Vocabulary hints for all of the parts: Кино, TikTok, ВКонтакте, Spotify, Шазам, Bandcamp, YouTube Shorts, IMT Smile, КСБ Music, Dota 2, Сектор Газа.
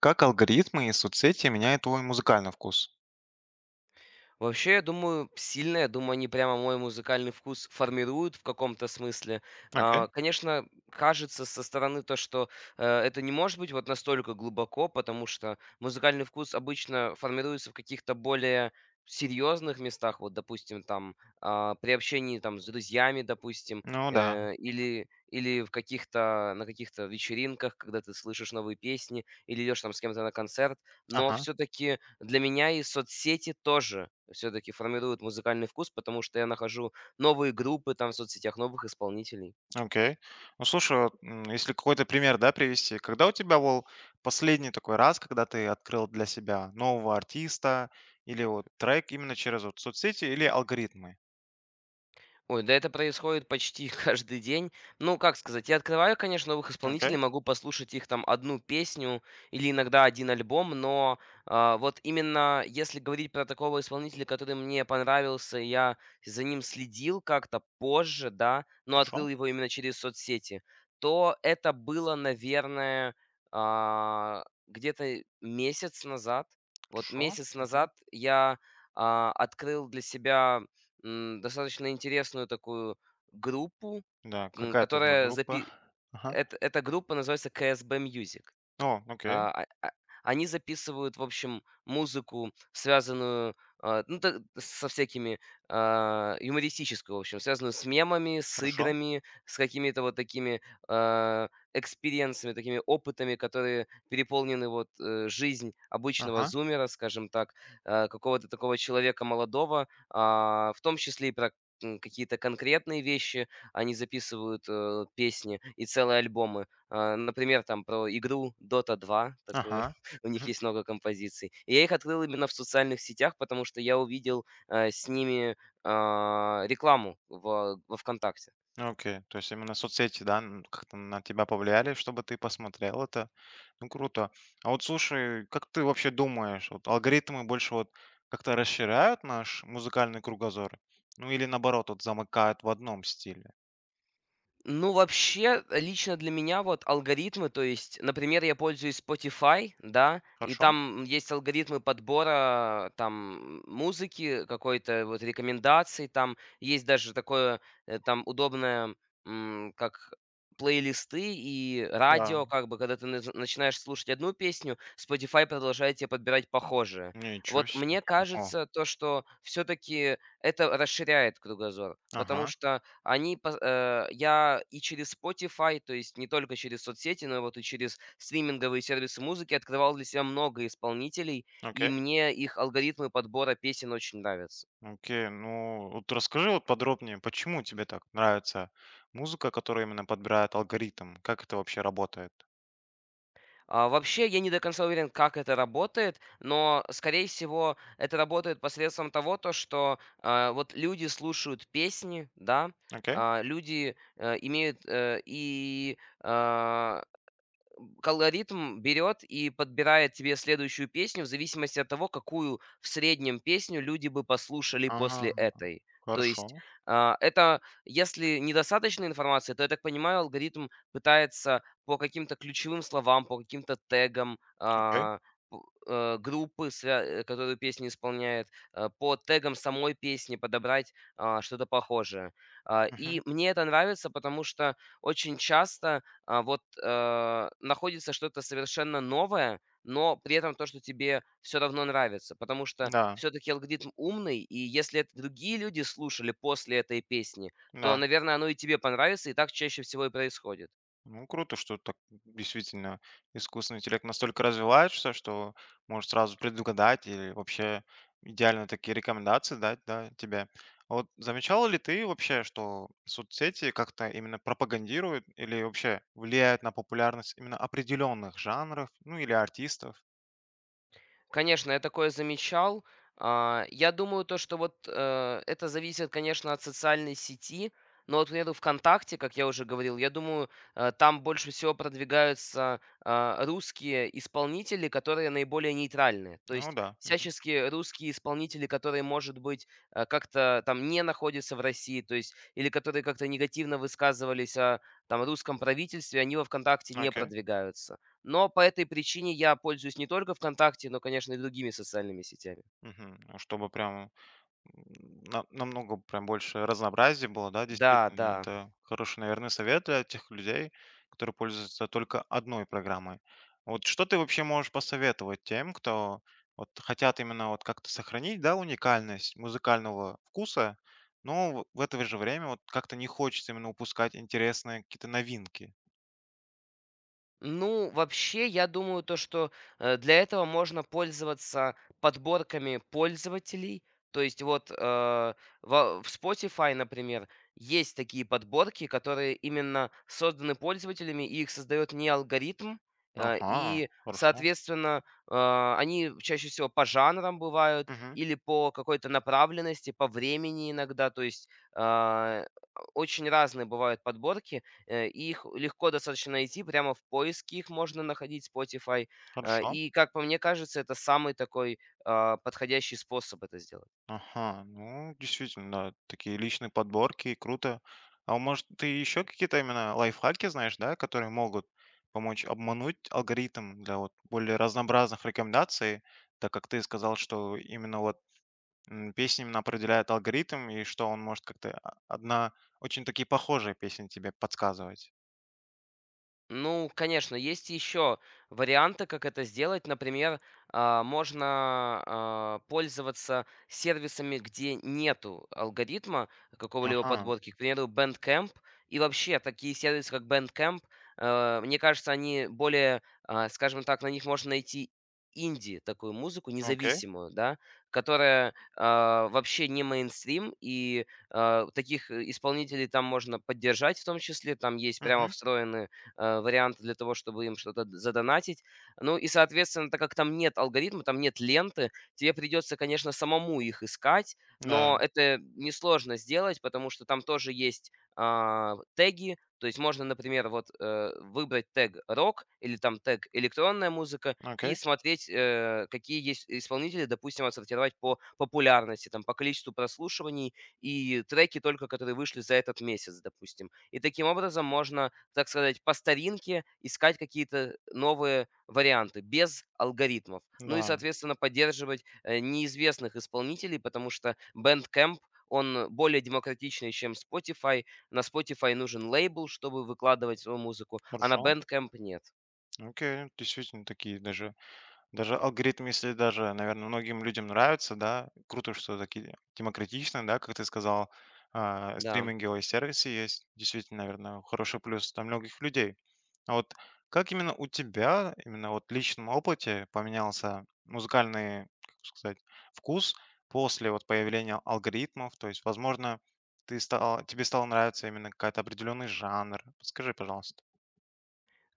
Как алгоритмы и соцсети меняют твой музыкальный вкус? Вообще, я думаю, сильно, я думаю, они прямо мой музыкальный вкус формируют в каком-то смысле. Окей. Конечно, кажется со стороны то, что это не может быть вот настолько глубоко, потому что музыкальный вкус обычно формируется в каких-то более серьезных местах, вот, допустим, там, при общении там с друзьями, допустим, Ну да. или в каких-то, на каких-то вечеринках, когда ты слышишь новые песни, или идешь там с кем-то на концерт, но Ага. все-таки для меня и соцсети тоже все-таки формируют музыкальный вкус, потому что я нахожу новые группы там в соцсетях, новых исполнителей. Окей. Ну слушай, если какой-то пример, да, привести, когда у тебя был последний такой раз, когда ты открыл для себя нового артиста или вот трек именно через вот соцсети или алгоритмы? Ой, да это происходит почти каждый день. Ну, как сказать, я открываю, конечно, новых Окей. исполнителей, могу послушать их там одну песню или иногда один альбом, но вот именно если говорить про такого исполнителя, который мне понравился, я за ним следил как-то позже, да, но Хорошо. открыл его именно через соцсети, то это было, наверное, где-то месяц назад. Вот Хорошо. месяц Мгм. назад я открыл для себя достаточно интересную такую группу, Да. Какая это была которая группа? запи Ага. эт эта группа называется "КСБ Music". О, окей. А, а, а, Они записывают, в общем, музыку, связанную, ну, та со всякими, юмористическую, в общем, связанную с мемами, с Хорошо. играми, с какими-то вот такими, а, экспириенсами, такими опытами, которые переполнены вот, жизнь обычного Ага. зумера, скажем так, какого-то такого человека молодого, в том числе и про, какие-то конкретные вещи. Они записывают, песни и целые альбомы. Например, там про игру Dota 2", такую, Ага. у них есть много композиций. И я их открыл именно в социальных сетях, потому что я увидел, с ними, рекламу во "ВКонтакте". Окей, то есть именно соцсети, да, как-то на тебя повлияли, чтобы ты посмотрел это. Ну, круто. А вот слушай, как ты вообще думаешь, вот алгоритмы больше вот как-то расширяют наш музыкальный кругозор? Ну, или наоборот, вот замыкают в одном стиле? Ну, вообще, лично для меня вот алгоритмы, то есть, например, я пользуюсь Spotify, да, и Хорошо? там есть алгоритмы подбора там музыки, какой-то вот рекомендаций, там есть даже такое там удобное, как плейлисты и Да. радио, как бы, когда ты начинаешь слушать одну песню, Spotify продолжает тебе подбирать похожие. Ничего Вот себе. мне О, кажется то, что все-таки это расширяет кругозор, потому ага, что я и через Spotify, то есть не только через соцсети, но вот и через стриминговые сервисы музыки открывал для себя много исполнителей, и окей. мне их алгоритмы подбора песен очень нравятся. Окей, ну вот расскажи вот подробнее, почему тебе так нравится музыка, которая именно подбирает алгоритм, как это вообще работает? Вообще, я не до конца уверен, как это работает, но, скорее всего, это работает посредством того, то что, вот люди слушают песни, да, Окей. а, люди, э, имеют, э, и, а, алгоритм берет и подбирает тебе следующую песню в зависимости от того, какую в среднем песню люди бы послушали А, после этой. То есть хорошо. Это, если недостаточно информации, то, я так понимаю, алгоритм пытается по каким-то ключевым словам, по каким-то тегам Окей. П- группы, которую песня исполняет, по тегам самой песни подобрать что-то похожее. А, Мгм. и мне это нравится, потому что очень часто вот, находится что-то совершенно новое, но при этом то, что тебе все равно нравится. Потому что Да, все таки алгоритм умный, и если это другие люди слушали после этой песни, то, да. наверное, оно и тебе понравится, и так чаще всего и происходит. Ну, круто, что так действительно искусственный интеллект настолько развивается, что может сразу предугадать или вообще идеально такие рекомендации дать, да, тебе. А вот замечала ли ты вообще, что соцсети как-то именно пропагандируют или вообще влияют на популярность именно определенных жанров, ну или артистов? Конечно, я такое замечал. Я думаю, то, что вот, это зависит, конечно, от социальной сети. Но вот, к примеру, "ВКонтакте", как я уже говорил, я думаю, там больше всего продвигаются, русские исполнители, которые наиболее нейтральны. То Ну есть да. Мгм. всячески русские исполнители, которые, может быть, как-то там не находятся в России, то есть или которые как-то негативно высказывались о там русском правительстве, они во "ВКонтакте" не Окей. продвигаются. Но по этой причине я пользуюсь не только "ВКонтакте", но, конечно, и другими социальными сетями. Мгм. Ну, чтобы прям на намного прям больше разнообразия было, да, Да, действительно. да. Это хороший, наверное, совет для тех людей, которые пользуются только одной программой. Вот что ты вообще можешь посоветовать тем, кто вот хотят именно вот как-то сохранить, да, уникальность музыкального вкуса, но в это же время вот как-то не хочется именно упускать интересные какие-то новинки? Ну, вообще, я думаю, то, что для этого можно пользоваться подборками пользователей. То есть вот в Spotify, например, есть такие подборки, которые именно созданы пользователями, и их создает не алгоритм, Ага, и, хорошо. соответственно, они чаще всего по жанрам бывают Мгм. или по какой-то направленности, по времени иногда. То есть э, очень разные бывают подборки, и их легко достаточно найти, прямо в поиске их можно находить, Spotify. Хорошо. И, как по мне кажется, это самый такой подходящий способ это сделать. Ага, ну, действительно, да, такие личные подборки, круто. А может, ты еще какие-то именно лайфхаки знаешь, да, которые могут помочь обмануть алгоритм для вот более разнообразных рекомендаций, так как ты сказал, что именно песня именно определяет алгоритм, и что он может как-то а- одна очень такие похожие песни тебе подсказывать. Ну, конечно, есть еще варианты, как это сделать. Например, можно пользоваться сервисами, где нету алгоритма какого-либо Ага, подборки. К примеру, Bandcamp и вообще такие сервисы, как Bandcamp, мне кажется, они более, скажем так, на них можно найти инди такую музыку окей. независимую, да, которая вообще не мейнстрим, и таких исполнителей там можно поддержать в том числе, там есть прямо Мгм. встроенные варианты для того, чтобы им что-то задонатить. Ну и, соответственно, так как там нет алгоритма, там нет ленты, тебе придется, конечно, самому их искать, Да, но это несложно сделать, потому что там тоже есть теги, то есть можно, например, вот выбрать тег рок или там тег электронная музыка окей. и смотреть, какие есть исполнители, допустим, отсортировать по популярности, там, по количеству прослушиваний и треки только, которые вышли за этот месяц, допустим. И таким образом можно, так сказать, по старинке искать какие-то новые варианты без алгоритмов. Ну и, Да, соответственно, поддерживать неизвестных исполнителей, потому что Bandcamp он более демократичный, чем Spotify. На Spotify нужен лейбл, чтобы выкладывать свою музыку, а на хорошо. Bandcamp нет. Окей, действительно такие даже… Даже алгоритм, если даже, наверное, многим людям нравится, да, круто, что такие демократичные, да, как ты сказал, а, Да. стриминговые сервисы есть, действительно, наверное, хороший плюс для многих людей. А вот как именно у тебя, именно вот в личном опыте поменялся музыкальный, как бы сказать, вкус после вот появления алгоритмов? То есть, возможно, тебе стал нравиться именно какой-то определенный жанр. Подскажи, пожалуйста.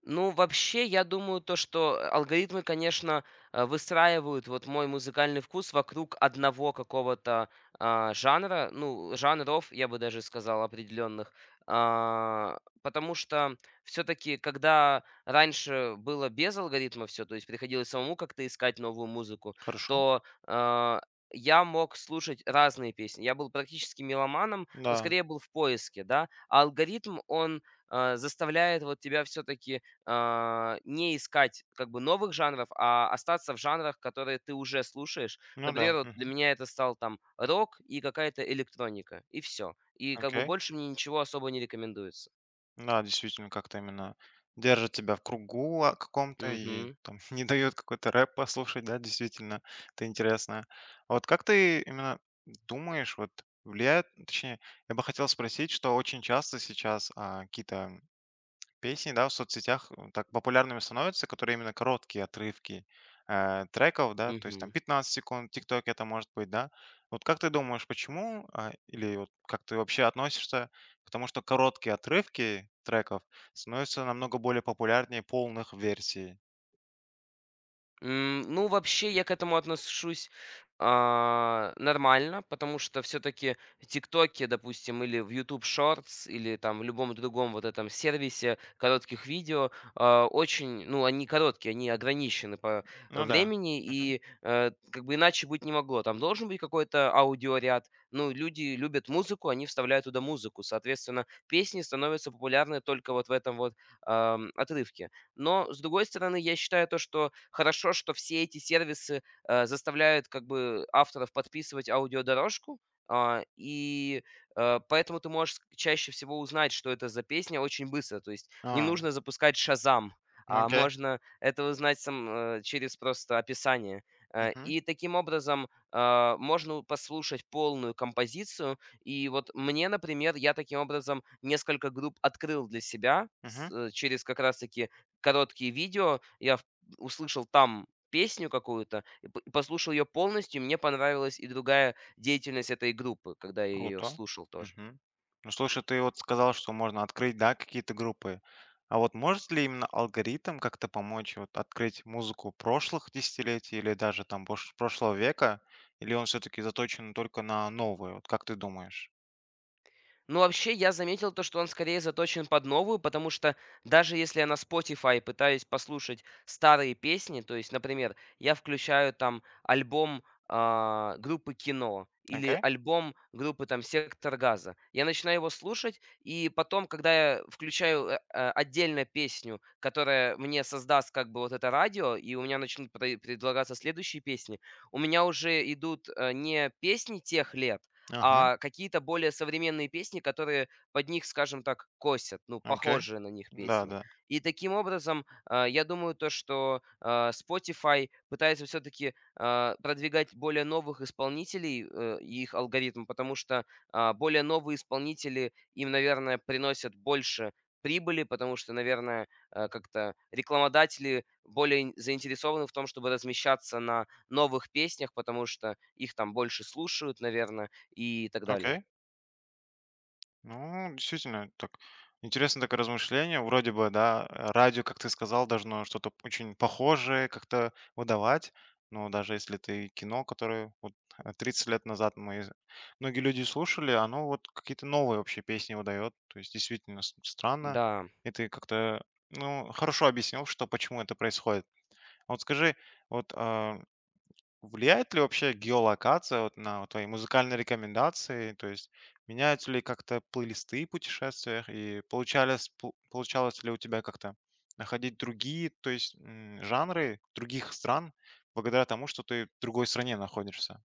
Ну, вообще, я думаю, то, что алгоритмы, конечно, выстраивают вот мой музыкальный вкус вокруг одного какого-то жанра, ну, жанров, я бы даже сказал, определенных. Потому что все-таки, когда раньше было без алгоритма все, то есть приходилось самому как-то искать новую музыку, Хорошо? то я мог слушать разные песни. Я был практически меломаном, но Да. скорее был в поиске, да. А алгоритм, он заставляет вот тебя все-таки не искать как бы новых жанров, а остаться в жанрах, которые ты уже слушаешь. Ну да. Например, вот для Мгм. меня это стал там рок и какая-то электроника, и все. И как бы Окей. больше мне ничего особо не рекомендуется. Да, действительно, как-то именно держит тебя в кругу а, каком-то и Мгм. там не дает какой-то рэп послушать, да, действительно, это интересно. А вот как ты именно думаешь, вот влияет, точнее, я бы хотел спросить, что очень часто сейчас а, какие-то песни, да, в соцсетях, м, так популярными становятся, которые именно короткие отрывки э, треков, да, то есть там Мгм. 15 секунд, тикток это может быть, да. Вот как ты думаешь, почему, а, или вот как ты вообще относишься к тому, что короткие отрывки треков становятся намного более популярнее полных версий? Ну, вообще, я к этому отношусь, нормально, потому что все-таки в "Тиктоке", допустим, или в YouTube Shorts или там в любом другом вот этом сервисе коротких видео, очень, ну, они короткие, они ограничены по Ну да. времени, Мгм. и, как бы иначе быть не могло. Там должен быть какой-то аудиоряд. Ну, люди любят музыку, они вставляют туда музыку. Соответственно, песни становятся популярны только вот в этом вот, отрывке. Но, с другой стороны, я считаю то, что хорошо, что все эти сервисы, заставляют как бы авторов подписывать аудиодорожку, и поэтому ты можешь ск чаще всего узнать, что это за песня, очень быстро. То есть не А, нужно запускать "Шазам", ну а окей. можно это узнать сам, через просто описание. Э, Мгм. и таким образом, можно послушать полную композицию. И вот мне, например, я таким образом несколько групп открыл для себя Мгм. Через как раз таки короткие видео. Я в услышал там песню какую-то и п послушал ее полностью, и мне понравилась и другая деятельность этой группы, когда я ее Круто. слушал тоже. Мгм. Ну, слушай, ты вот сказал, что можно открыть, да, какие-то группы. А вот может ли именно алгоритм как-то помочь вот открыть музыку прошлых десятилетий или даже там прошлого века? Или он все-таки заточен только на новую? Вот как ты думаешь? Ну, вообще, я заметил то, что он скорее заточен под новую, потому что даже если я на Spotify пытаюсь послушать старые песни, то есть, например, я включаю там альбом группы Кино или Окей? альбом группы там Сектор Газа, я начинаю его слушать, и потом, когда я включаю отдельно песню, которая мне создаст как бы вот это радио, и у меня начнут предлагаться следующие песни, у меня уже идут не песни тех лет, Ага, а какие-то более современные песни, которые под них, скажем так, косят, ну, окей. похожие на них Да, песни. да. И таким образом, я думаю, то, что Spotify пытается все-таки продвигать более новых исполнителей и их алгоритм, потому что более новые исполнители им, наверное, приносят больше прибыли, потому что, наверное, как-то рекламодатели более заинтересованы в том, чтобы размещаться на новых песнях, потому что их там больше слушают, наверное, и так далее. Окей. Ну, действительно, так интересно такое размышление. Вроде бы, да, э, радио, как ты сказал, должно что-то очень похожее как-то выдавать. Но даже если ты Кино, которое вот э, 30 лет назад мы, многие люди, слушали, оно вот какие-то новые вообще песни выдает. То есть действительно странно. Да. И ты как-то ну хорошо объяснил, что почему это происходит. А вот скажи, вот а, влияет ли вообще геолокация вот на твои музыкальные рекомендации? То есть меняются ли как-то плейлисты в путешествиях? И получалось, получалось ли у тебя как-то находить другие, то есть, м, жанры других стран благодаря тому, что ты в другой стране находишься?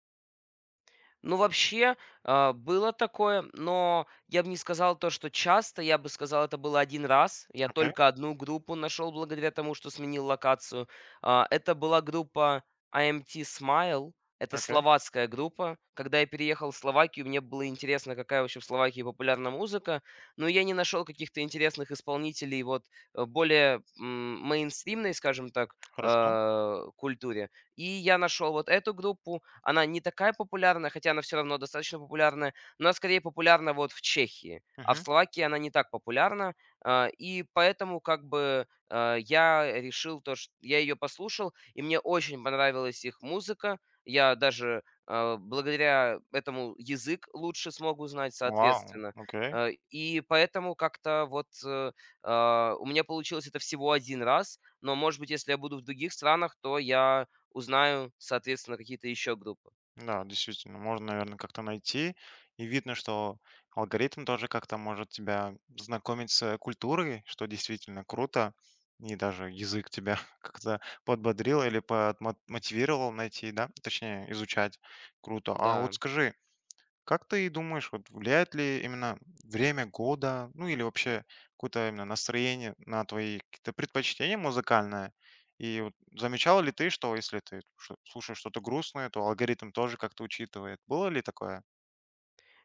Ну, вообще, было такое, но я бы не сказал то, что часто. Я бы сказал, это было один раз. Я Окей, только одну группу нашел благодаря тому, что сменил локацию. Это была группа IMT Smile. Это окей, словацкая группа. Когда я переехал в Словакию, мне было интересно, какая вообще в Словакии популярна музыка. Но я не нашел каких-то интересных исполнителей вот, более, мейнстримной, скажем так, хорошо. Культуре. И я нашел вот эту группу. Она не такая популярная, хотя она все равно достаточно популярная, но она скорее популярна вот в Чехии, а в Мгм. Словакии она не так популярна. И поэтому как бы, я решил то, что я ее послушал, и мне очень понравилась их музыка. Я даже, благодаря этому язык лучше смог узнать, Вау, соответственно. окей. И поэтому как-то вот, у меня получилось это всего один раз, но, может быть, если я буду в других странах, то я, узнаю, соответственно, какие-то еще группы. Да, действительно, можно, наверное, как-то найти. И видно, что алгоритм тоже как-то может тебя знакомить с культурой, что действительно круто. И даже язык тебя как-то подбодрил или подмотивировал найти, да, точнее, изучать. Круто. А вот Да. скажи, как ты думаешь, вот влияет ли именно время года, ну или вообще какое-то именно настроение на твои какие-то предпочтения музыкальные? И вот замечал ли ты, что если ты слушаешь что-то грустное, то алгоритм тоже как-то учитывает? Было ли такое?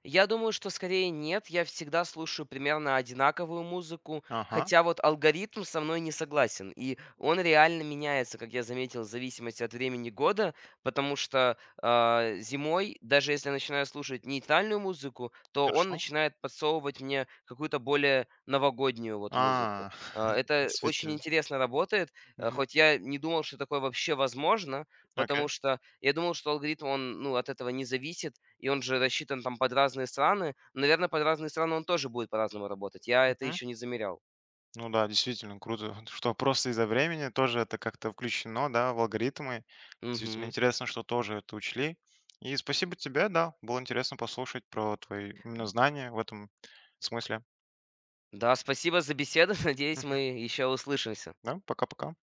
Я думаю, что скорее нет. Я всегда слушаю примерно одинаковую музыку, Ага, хотя вот алгоритм со мной не согласен. И он реально меняется, как я заметил, в зависимости от времени года, потому что зимой, даже если я начинаю слушать нейтральную музыку, то он хорошо. начинает подсовывать мне какую-то более новогоднюю вот музыку. А, Это очень действительно. интересно работает, Мгм. хоть я не думал, что такое вообще возможно, Окей. потому что я думал, что алгоритм, он ну, от этого не зависит, и он же рассчитан там под разные страны. Наверное, под разные страны он тоже будет по-разному работать. Я это еще не замерял. Ну да, действительно круто, что просто из-за времени тоже это как-то включено, да, в алгоритмы. Действительно Мгм. интересно, что тоже это учли. И спасибо тебе, да, было интересно послушать про твои именно знания в этом смысле. Да, спасибо за беседу. Надеюсь, Мгм. мы еще услышимся. Да, пока-пока.